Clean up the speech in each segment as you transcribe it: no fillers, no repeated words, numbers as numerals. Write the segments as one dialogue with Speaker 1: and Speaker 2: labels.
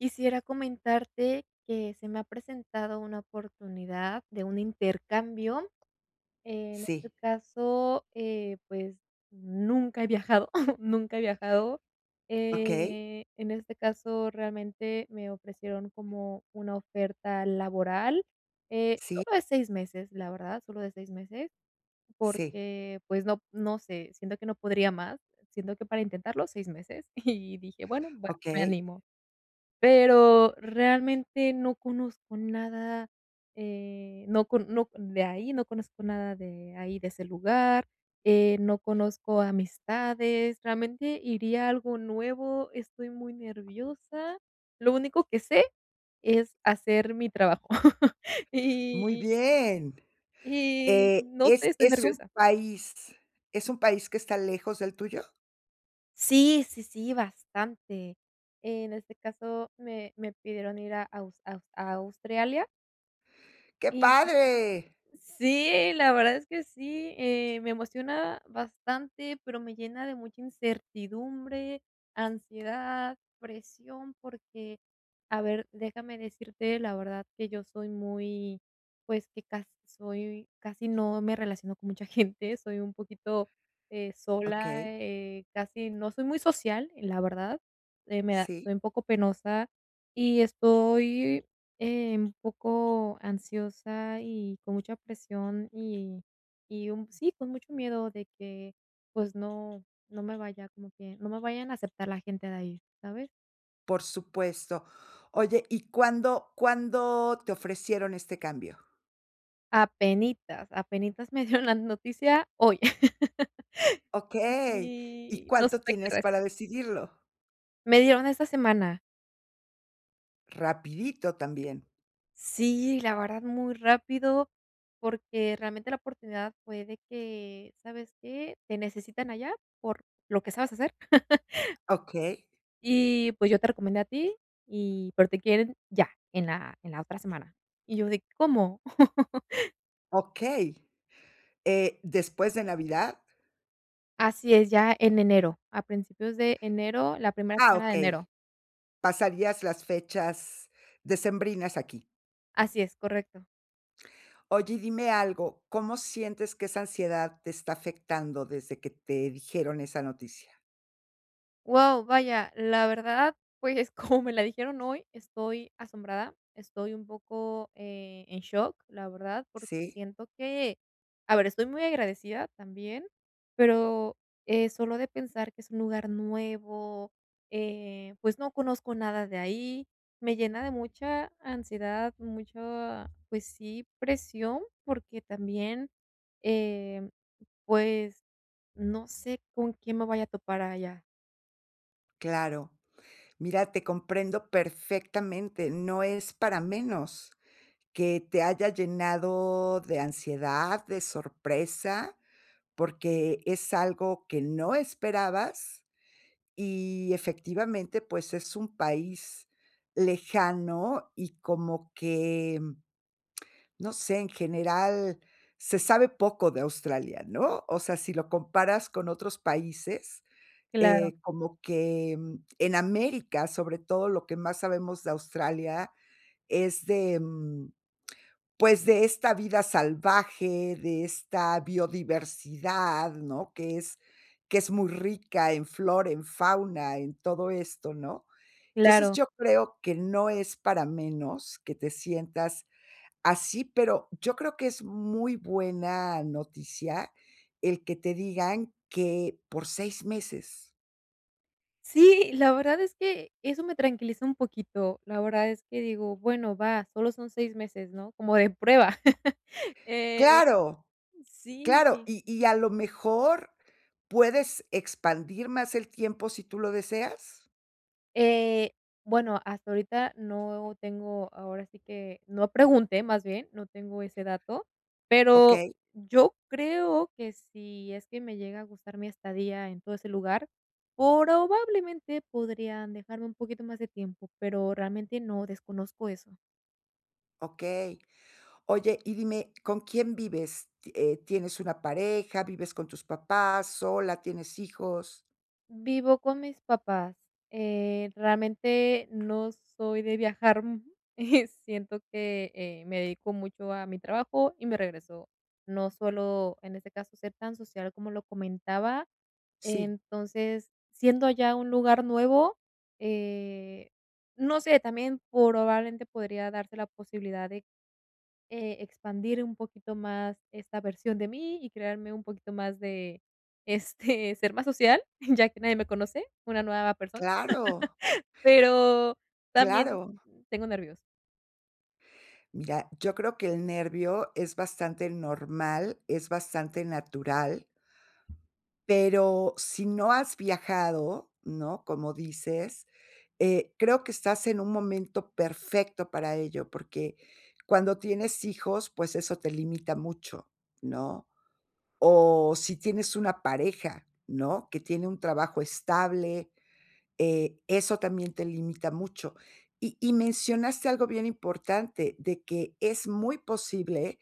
Speaker 1: Quisiera comentarte que se me ha presentado una oportunidad de un intercambio. En este
Speaker 2: Sí,
Speaker 1: caso, pues nunca he viajado, nunca he viajado.
Speaker 2: okey,
Speaker 1: En este caso, realmente me ofrecieron como una oferta laboral,
Speaker 2: sí,
Speaker 1: solo de 6 meses, la verdad, solo de 6 meses,
Speaker 2: sí,
Speaker 1: porque pues no, no sé, siento que no podría más, siento que para intentarlo 6 meses y dije, bueno, va, me
Speaker 2: okey,
Speaker 1: animo. Pero realmente no conozco nada, no con no de ahí, no conozco nada de ahí, de ese lugar, no conozco amistades, realmente iría a algo nuevo, estoy muy nerviosa. Lo único que sé es hacer mi trabajo. Y
Speaker 2: muy bien.
Speaker 1: y
Speaker 2: Eh,
Speaker 1: no sé,
Speaker 2: ¿es
Speaker 1: estoy
Speaker 2: es un
Speaker 1: nerviosa.
Speaker 2: país es un país que está lejos del tuyo?
Speaker 1: Sí, sí, sí, bastante. En este caso, me pidieron ir a aus aus a Australia.
Speaker 2: ¡Qué
Speaker 1: Y
Speaker 2: padre!
Speaker 1: sí, la verdad es que sí, me emociona bastante, pero me llena de mucha incertidumbre, ansiedad, presión, porque, a ver, déjame decirte la verdad que yo soy muy, pues que casi soy, casi no me relaciono con mucha gente, soy un poquito sola,
Speaker 2: Okey,
Speaker 1: casi no soy muy social, la verdad, me da,
Speaker 2: sí,
Speaker 1: soy un poco penosa y estoy un poco ansiosa y con mucha presión y un sí, con mucho miedo de que, pues, no me vaya, como que no me vayan a aceptar la gente de ahí, ¿sabes?
Speaker 2: por supuesto. Oye, ¿y cuándo te ofrecieron este cambio?
Speaker 1: Apenitas, apenitas me dieron la noticia hoy
Speaker 2: Okey, ¿y
Speaker 1: y no
Speaker 2: cuánto
Speaker 1: supe qué
Speaker 2: tienes
Speaker 1: res
Speaker 2: para decidirlo?
Speaker 1: me dieron esta semana.
Speaker 2: Rapidito también.
Speaker 1: Sí, la verdad, muy rápido, porque realmente la oportunidad fue de que, ¿sabes qué? Te necesitan allá por lo que sabes hacer.
Speaker 2: Okey,
Speaker 1: Y, pues, yo te recomendé a ti pero te quieren ya, en la otra semana. Y yo de, ¿cómo?
Speaker 2: okey. ¿Después de Navidad?
Speaker 1: Así es, ya en enero, a principios de enero, la primera
Speaker 2: Ah,
Speaker 1: semana de
Speaker 2: okey.
Speaker 1: enero.
Speaker 2: Pasarías las fechas decembrinas aquí.
Speaker 1: Así es, correcto.
Speaker 2: Oye, dime algo, ¿cómo sientes que esa ansiedad te está afectando desde que te dijeron esa noticia?
Speaker 1: Wow, vaya, la verdad, pues, como me la dijeron hoy, estoy asombrada, estoy un poco, en shock, la verdad, porque
Speaker 2: Sí,
Speaker 1: siento que a ver, estoy muy agradecida también, pero, solo de pensar que es un lugar nuevo, pues, no conozco nada de ahí, me llena de mucha ansiedad, mucha, pues sí, presión, porque también, em, pues, no sé con quién me vaya a topar allá.
Speaker 2: claro. Mira, te comprendo perfectamente. No es para menos que te haya llenado de ansiedad, de sorpresa, porque es algo que no esperabas y efectivamente, pues es un país lejano y como que, no sé, en general se sabe poco de Australia, ¿no? O sea, si lo comparas con otros países,
Speaker 1: Claro.
Speaker 2: como que, en América, sobre todo, lo que más sabemos de Australia es de, pues, de esta vida salvaje, de esta biodiversidad, ¿no? Que es muy rica en flora, en fauna, en todo esto, ¿no? Entonces,
Speaker 1: Claro.
Speaker 2: yo creo que no es para menos que te sientas así. Pero yo creo que es muy buena noticia el que te digan que por 6 meses.
Speaker 1: Sí, la verdad es que eso me tranquiliza un poquito. La verdad es que digo, bueno, va, solo son 6 meses, ¿no? Como de prueba. Eh,
Speaker 2: Claro,
Speaker 1: sí,
Speaker 2: claro, y a lo mejor puedes expandir más el tiempo si tú lo deseas.
Speaker 1: eh, bueno, hasta ahorita no tengo, ahora sí que no pregunté, más bien, no tengo ese dato, pero
Speaker 2: Okey,
Speaker 1: yo creo que si es que me llega a gustar mi estadía en todo ese lugar, probablemente podrían dejarme un poquito más de tiempo, pero realmente no desconozco eso.
Speaker 2: okey. Oye, y dime, ¿con quién vives? Ti ¿tienes una pareja? ¿Vives con tus papás, sola? ¿Tienes hijos?
Speaker 1: Vivo con mis papás. Realmente no soy de viajar, siento que, me dedico mucho a mi trabajo y me regreso. No suelo, en este caso, ser tan social como lo comentaba.
Speaker 2: Sí,
Speaker 1: Entonces, siendo allá un lugar nuevo, eh, no sé, también probablemente podría darse la posibilidad expandir un poquito más esta versión de mí y crearme un poquito más de, ser más social, ya que nadie me conoce, una nueva persona,
Speaker 2: claro,
Speaker 1: pero también
Speaker 2: claro.
Speaker 1: tengo nervios.
Speaker 2: Mira, yo creo que el nervio es bastante normal, es bastante natural, pero si no has viajado, ¿no? Como dices, creo que estás en un momento perfecto para ello, porque cuando tienes hijos, pues eso te limita mucho, ¿no? O si tienes una pareja, ¿no? Que tiene un trabajo estable, eso también te limita mucho. Y mencionaste algo bien importante, de que es muy posible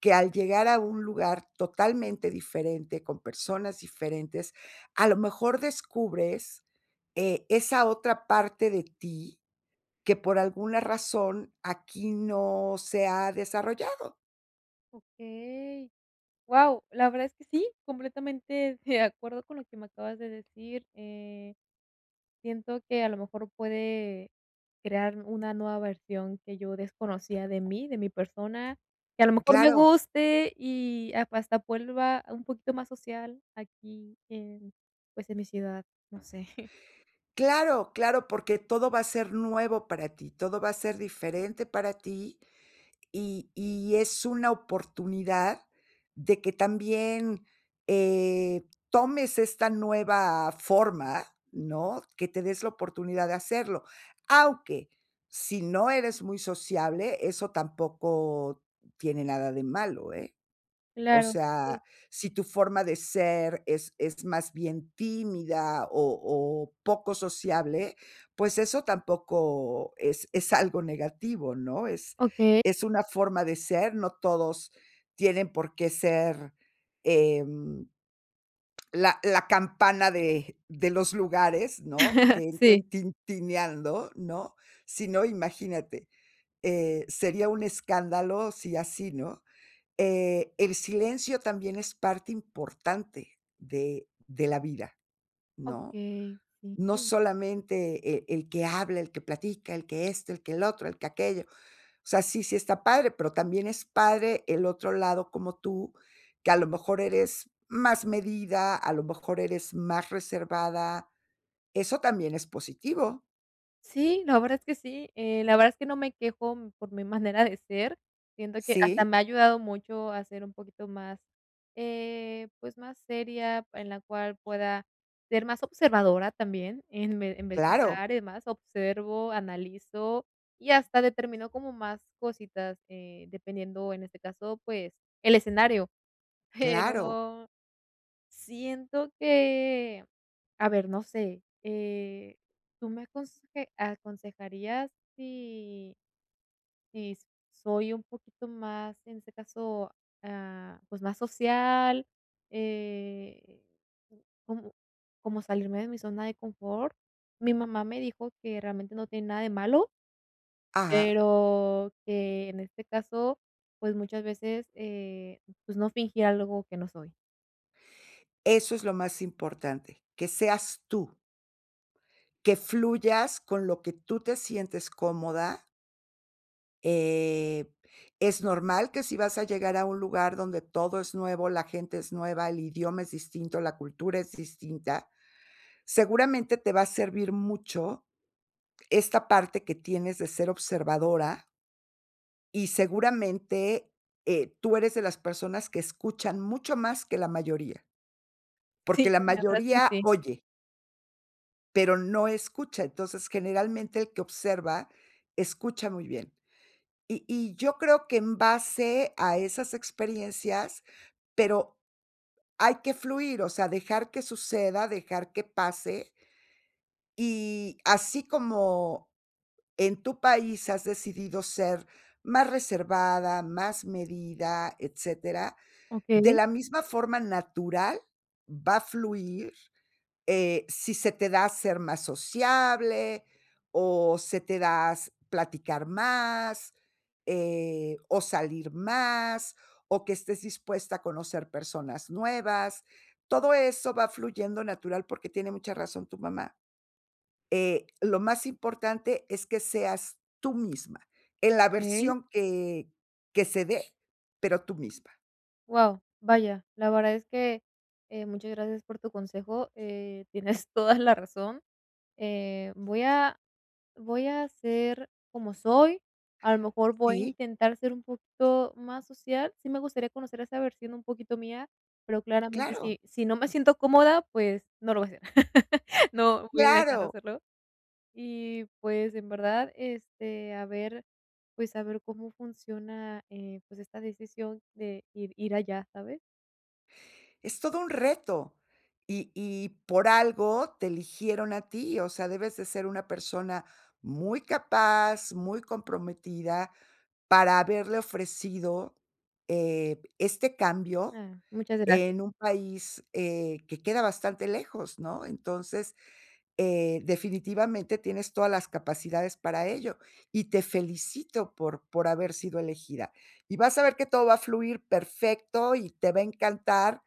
Speaker 2: que al llegar a un lugar totalmente diferente, con personas diferentes, a lo mejor descubres, esa otra parte de ti que por alguna razón aquí no se ha desarrollado.
Speaker 1: Okey. Wow, la verdad es que sí, completamente de acuerdo con lo que me acabas de decir. Siento que a lo mejor puede crear una nueva versión que yo desconocía de mí, de mi persona, que a lo mejor me
Speaker 2: Claro,
Speaker 1: guste y a hasta vuelva un poquito más social aquí en, pues, en mi ciudad, no sé.
Speaker 2: claro, claro, porque todo va a ser nuevo para ti, todo va a ser diferente para ti. Y es una oportunidad de que también, tomes esta nueva forma, ¿no? Que te des la oportunidad de hacerlo. Aunque, si no eres muy sociable, eso tampoco tiene nada de malo, ¿eh? O
Speaker 1: Claro,
Speaker 2: sea,
Speaker 1: sí.
Speaker 2: si tu forma de ser es más bien tímida o poco sociable, pues eso tampoco es algo negativo, ¿no? Es
Speaker 1: Okey.
Speaker 2: es una forma de ser, no todos tienen por qué ser, em, la campana de los lugares, ¿no? Que
Speaker 1: Sí.
Speaker 2: entren tintineando, ¿no? Sino, imagínate, sería un escándalo si así, ¿no? El silencio también es parte importante de la vida, ¿no?
Speaker 1: Okey,
Speaker 2: No
Speaker 1: sí.
Speaker 2: solamente el que habla, el que platica, el que esto, el que el otro, el que aquello. O sea, sí, sí está padre, pero también es padre el otro lado como tú, que a lo mejor eres más medida, a lo mejor eres más reservada. Eso también es positivo.
Speaker 1: Sí, la verdad es que sí, la verdad es que no me quejo, por mi manera de ser. Siento que hasta
Speaker 2: Sí,
Speaker 1: me ha ayudado mucho a ser un poquito más, pues, más seria, en la cual pueda ser más observadora también, en vez de
Speaker 2: claro,
Speaker 1: hablar y demás, observo, analizo y hasta determino como más cositas, dependiendo, en este caso, pues, el escenario.
Speaker 2: claro.
Speaker 1: Pero siento que a ver, no sé, ¿tú me aconseje aconsejarías si si s soy un poquito más, en este caso, pues, más social, eh, como salirme de mi zona de confort? Mi mamá me dijo que realmente no tiene nada de malo,
Speaker 2: Ah,
Speaker 1: pero que en este caso, pues, muchas veces, pues, no fingir algo que no soy.
Speaker 2: eso es lo más importante, que seas tú. Que fluyas con lo que tú te sientes cómoda. Eh, es normal que si vas a llegar a un lugar donde todo es nuevo, la gente es nueva, el idioma es distinto, la cultura es distinta, seguramente te va a servir mucho esta parte que tienes de ser observadora y seguramente, tú eres de las personas que escuchan mucho más que la mayoría, porque
Speaker 1: Sí,
Speaker 2: la
Speaker 1: la verdad es que
Speaker 2: mayoría
Speaker 1: sí.
Speaker 2: oye, pero no escucha. Entonces, generalmente el que observa escucha muy bien. Y yo creo que en base a esas experiencias, pero hay que fluir, o sea, dejar que suceda, dejar que pase. Y así como en tu país has decidido ser más reservada, más medida, etcétera, de
Speaker 1: Okey.
Speaker 2: la misma forma natural va a fluir si se te da ser más sociable, o se te da s platicar más, o salir más, o que estés dispuesta a conocer personas nuevas. Todo eso va fluyendo natural, porque tiene mucha razón tu mamá. Lo más importante es que seas tú misma, en la versión que se dé, pero tú misma.
Speaker 1: Wow, vaya, la verdad es que, muchas gracias por tu consejo, tienes toda la razón, eh, voy a voy a ser como soy, a lo mejor voy a
Speaker 2: Sí,
Speaker 1: intentar ser un poquito más social, sí me gustaría conocer esa versión un poquito mía, pero claramente
Speaker 2: claro,
Speaker 1: si no me siento cómoda, pues no lo voy a hacer, no voy a dejar de
Speaker 2: claro.
Speaker 1: hacerlo. Y pues, en verdad, a ver, pues, a ver cómo funciona, pues, esta decisión de ir allá, ¿sabes?
Speaker 2: Es todo un reto. Y por algo te eligieron a ti, o sea, debes de ser una persona muy capaz, muy comprometida para haberle ofrecido, este cambio
Speaker 1: Ah, muchas gracias.
Speaker 2: en un país, que queda bastante lejos, ¿no? Entonces, definitivamente tienes todas las capacidades para ello y te felicito por haber sido elegida. Y vas a ver que todo va a fluir perfecto y te va a encantar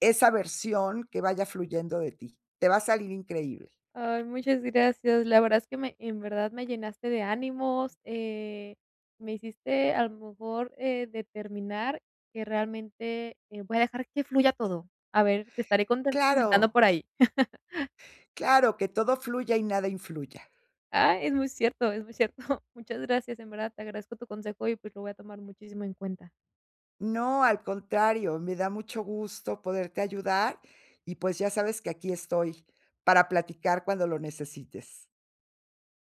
Speaker 2: esa versión que vaya fluyendo de ti. Te va a salir increíble.
Speaker 1: Ay, muchas gracias. La verdad es que me en verdad me llenaste de ánimos, me hiciste a lo mejor, determinar que realmente, voy a dejar que fluya todo. A ver, te estaré conten comentando
Speaker 2: Claro,
Speaker 1: por ahí.
Speaker 2: claro, que todo fluya y nada influya.
Speaker 1: Ah, es muy cierto, es muy cierto. Muchas gracias, en verdad, te agradezco tu consejo y, pues, lo voy a tomar muchísimo en cuenta.
Speaker 2: No, al contrario, me da mucho gusto poderte ayudar y, pues, ya sabes que aquí estoy para platicar cuando lo necesites.